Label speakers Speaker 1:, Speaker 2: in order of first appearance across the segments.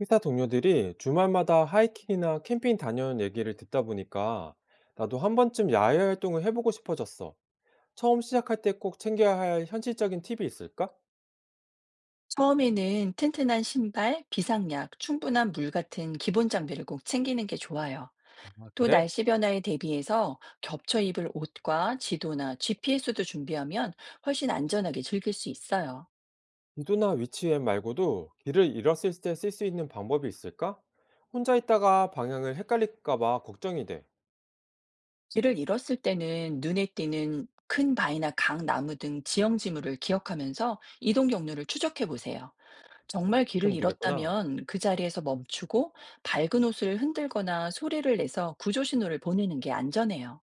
Speaker 1: 회사 동료들이 주말마다 하이킹이나 캠핑 다녀온 얘기를 듣다 보니까 나도 한 번쯤 야외 활동을 해보고 싶어졌어. 처음 시작할 때 꼭 챙겨야 할 현실적인 팁이 있을까?
Speaker 2: 처음에는 튼튼한 신발, 비상약, 충분한 물 같은 기본 장비를 꼭 챙기는 게 좋아요.
Speaker 1: 아,
Speaker 2: 또
Speaker 1: 그래?
Speaker 2: 날씨 변화에 대비해서 겹쳐 입을 옷과 지도나 GPS도 준비하면 훨씬 안전하게 즐길 수 있어요.
Speaker 1: 지도나 위치 앱 말고도 길을 잃었을 때 쓸 수 있는 방법이 있을까? 혼자 있다가 방향을 헷갈릴까봐 걱정이 돼.
Speaker 2: 길을 잃었을 때는 눈에 띄는 큰 바위나 강, 나무 등 지형 지물을 기억하면서 이동 경로를 추적해 보세요. 정말 길을
Speaker 1: 그럼 되겠구나.
Speaker 2: 잃었다면 그 자리에서 멈추고 밝은 옷을 흔들거나 소리를 내서 구조 신호를 보내는 게 안전해요.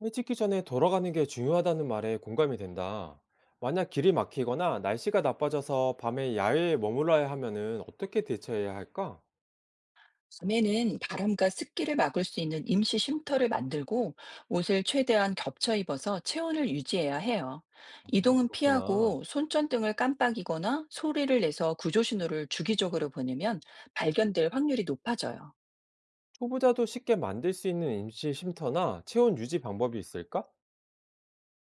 Speaker 1: 일 찍기 전에 돌아가는 게 중요하다는 말에 공감이 된다. 만약 길이 막히거나 날씨가 나빠져서 밤에 야외에 머물러야 하면은 어떻게 대처해야 할까?
Speaker 2: 밤에는 바람과 습기를 막을 수 있는 임시 쉼터를 만들고 옷을 최대한 겹쳐 입어서 체온을 유지해야 해요.
Speaker 1: 아,
Speaker 2: 이동은
Speaker 1: 그렇구나.
Speaker 2: 피하고 손전등을 깜빡이거나 소리를 내서 구조 신호를 주기적으로 보내면 발견될 확률이 높아져요.
Speaker 1: 초보자도 쉽게 만들 수 있는 임시 쉼터나 체온 유지 방법이 있을까?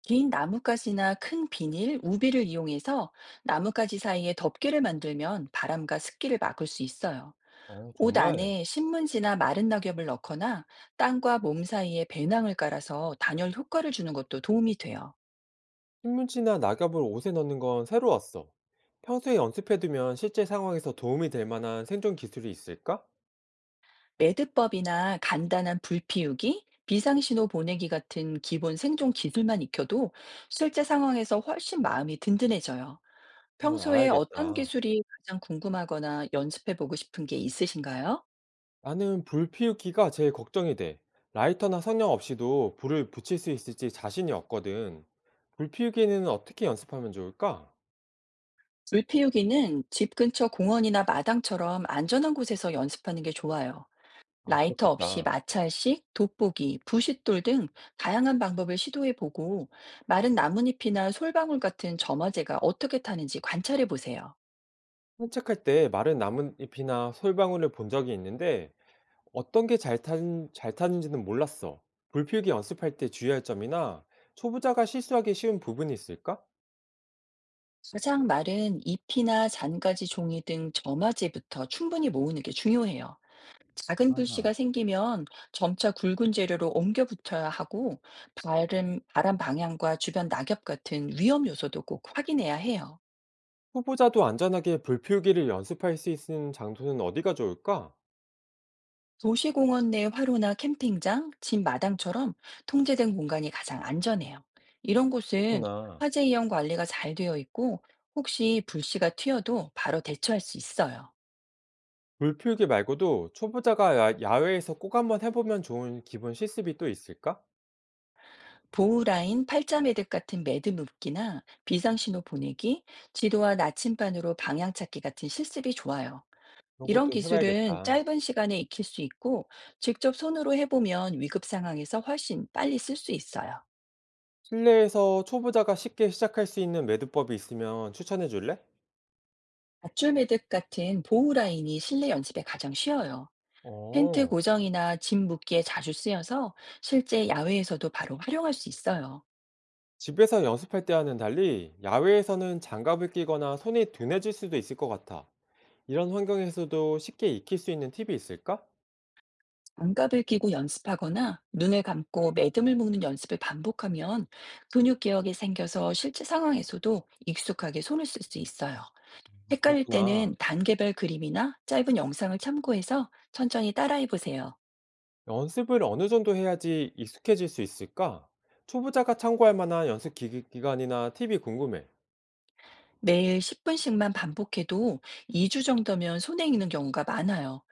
Speaker 2: 긴 나뭇가지나 큰 비닐, 우비를 이용해서 나뭇가지 사이에 덮개를 만들면 바람과 습기를 막을 수 있어요.
Speaker 1: 어,
Speaker 2: 옷
Speaker 1: 정말.
Speaker 2: 안에 신문지나 마른 낙엽을 넣거나 땅과 몸 사이에 배낭을 깔아서 단열 효과를 주는 것도 도움이 돼요.
Speaker 1: 신문지나 낙엽을 옷에 넣는 건 새로웠어. 평소에 연습해두면 실제 상황에서 도움이 될 만한 생존 기술이 있을까?
Speaker 2: 매듭법이나 간단한 불 피우기, 비상신호 보내기 같은 기본 생존 기술만 익혀도 실제 상황에서 훨씬 마음이 든든해져요.
Speaker 1: 그런 건
Speaker 2: 평소에 어떤
Speaker 1: 알아야겠다.
Speaker 2: 기술이 가장 궁금하거나 연습해보고 싶은 게 있으신가요?
Speaker 1: 나는 불 피우기가 제일 걱정이 돼. 라이터나 성냥 없이도 불을 붙일 수 있을지 자신이 없거든. 불 피우기는 어떻게 연습하면 좋을까?
Speaker 2: 불 피우기는 집 근처 공원이나 마당처럼 안전한 곳에서 연습하는 게 좋아요.
Speaker 1: 아,
Speaker 2: 라이터 없이
Speaker 1: 그렇겠다.
Speaker 2: 마찰식, 돋보기, 부싯돌 등 다양한 방법을 시도해 보고 마른 나뭇잎이나 솔방울 같은 점화제가 어떻게 타는지 관찰해 보세요.
Speaker 1: 산책할 때 마른 나뭇잎이나 솔방울을 본 적이 있는데 어떤 게 잘 타는지는 몰랐어. 불필기 연습할 때 주의할 점이나 초보자가 실수하기 쉬운 부분이 있을까?
Speaker 2: 가장 마른 잎이나 잔가지 종이 등 점화제부터 충분히 모으는 게 중요해요. 작은
Speaker 1: 아,
Speaker 2: 불씨가 생기면 점차 굵은 재료로 옮겨 붙어야 하고 바람 방향과 주변 낙엽 같은 위험 요소도 꼭 확인해야 해요.
Speaker 1: 보자도 안전하게 불필기를 연습할 수 있는 장소는 어디가 좋을까?
Speaker 2: 도시공원 내 화로나 캠핑장, 집 마당처럼 통제된 공간이 가장 안전해요. 이런 곳은
Speaker 1: 그렇구나.
Speaker 2: 화재 이용 관리가 잘 되어 있고 혹시 불씨가 튀어도 바로 대처할 수 있어요.
Speaker 1: 불필기 말고도 초보자가 야외에서 꼭 한번 해보면 좋은 기본 실습이 또 있을까?
Speaker 2: 보호라인, 팔자 매듭 같은 매듭 묶기나 비상신호 보내기, 지도와 나침반으로 방향 찾기 같은 실습이 좋아요.
Speaker 1: 그런
Speaker 2: 이런
Speaker 1: 것도
Speaker 2: 기술은
Speaker 1: 해봐야겠다.
Speaker 2: 짧은 시간에 익힐 수 있고 직접 손으로 해보면 위급 상황에서 훨씬 빨리 쓸 수 있어요.
Speaker 1: 실내에서 초보자가 쉽게 시작할 수 있는 매듭법이 있으면 추천해 줄래?
Speaker 2: 밧줄 매듭 같은 보호 라인이 실내 연습에 가장 쉬워요. 텐트
Speaker 1: 어.
Speaker 2: 고정이나 짐 묶기에 자주 쓰여서 실제 야외에서도 바로 활용할 수 있어요.
Speaker 1: 집에서 연습할 때와는 달리 야외에서는 장갑을 끼거나 손이 둔해질 수도 있을 것 같아. 이런 환경에서도 쉽게 익힐 수 있는 팁이 있을까?
Speaker 2: 안갑을 끼고 연습하거나 눈을 감고 매듭을 묶는 연습을 반복하면 근육 기억이 생겨서 실제 상황에서도 익숙하게 손을 쓸 수 있어요.
Speaker 1: 아,
Speaker 2: 헷갈릴
Speaker 1: 그렇구나.
Speaker 2: 때는 단계별 그림이나 짧은 영상을 참고해서 천천히 따라해 보세요.
Speaker 1: 연습을 어느 정도 해야지 익숙해질 수 있을까? 초보자가 참고할 만한 연습 기간이나 팁이 궁금해.
Speaker 2: 매일 10분씩만 반복해도 2주 정도면 손에 익는 경우가 많아요.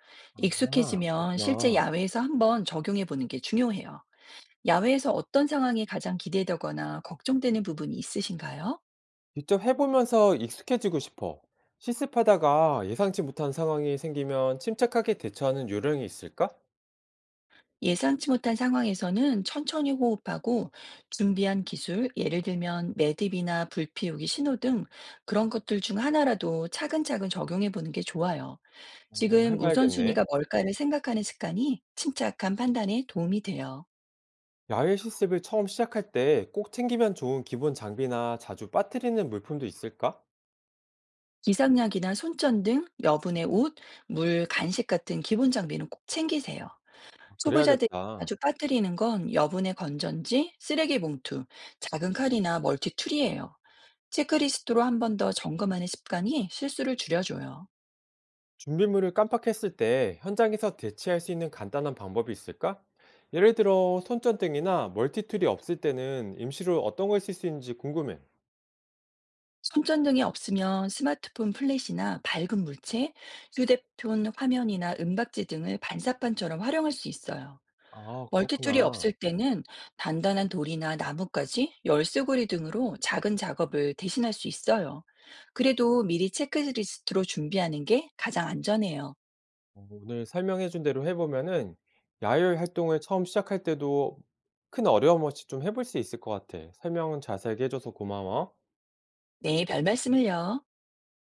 Speaker 1: 아,
Speaker 2: 익숙해지면 실제
Speaker 1: 그렇구나.
Speaker 2: 야외에서 한번 적용해 보는 게 중요해요. 야외에서 어떤 상황이 가장 기대되거나 걱정되는 부분이 있으신가요?
Speaker 1: 직접 해보면서 익숙해지고 싶어. 실습하다가 예상치 못한 상황이 생기면 침착하게 대처하는 요령이 있을까?
Speaker 2: 예상치 못한 상황에서는 천천히 호흡하고 준비한 기술, 예를 들면 매듭이나 불 피우기 신호 등 그런 것들 중 하나라도 차근차근 적용해 보는 게 좋아요.
Speaker 1: 어,
Speaker 2: 지금
Speaker 1: 해봐야겠네.
Speaker 2: 우선순위가 뭘까를 생각하는 습관이 침착한 판단에 도움이 돼요.
Speaker 1: 야외 실습을 처음 시작할 때 꼭 챙기면 좋은 기본 장비나 자주 빠뜨리는 물품도 있을까?
Speaker 2: 기상약이나 손전 등 여분의 옷, 물, 간식 같은 기본 장비는 꼭 챙기세요.
Speaker 1: 아,
Speaker 2: 초보자들이
Speaker 1: 그래야겠다.
Speaker 2: 자주 빠뜨리는 건 여분의 건전지, 쓰레기 봉투, 작은 칼이나 멀티툴이에요. 체크리스트로 한번 더 점검하는 습관이 실수를 줄여줘요.
Speaker 1: 준비물을 깜빡했을 때 현장에서 대체할 수 있는 간단한 방법이 있을까? 예를 들어 손전등이나 멀티툴이 없을 때는 임시로 어떤 걸 쓸 수 있는지 궁금해.
Speaker 2: 손전 등이 없으면 스마트폰 플래시나 밝은 물체, 휴대폰 화면이나 은박지 등을 반사판처럼 활용할 수 있어요.
Speaker 1: 아,
Speaker 2: 멀티툴이 없을
Speaker 1: 그렇구나.
Speaker 2: 때는 단단한 돌이나 나뭇가지, 열쇠고리 등으로 작은 작업을 대신할 수 있어요. 그래도 미리 체크리스트로 준비하는 게 가장 안전해요.
Speaker 1: 어, 오늘 설명해준 대로 해보면은 야외 활동을 처음 시작할 때도 큰 어려움 없이 좀 해볼 수 있을 것 같아. 설명은 자세하게 해줘서 고마워.
Speaker 2: 네, 별 말씀을요.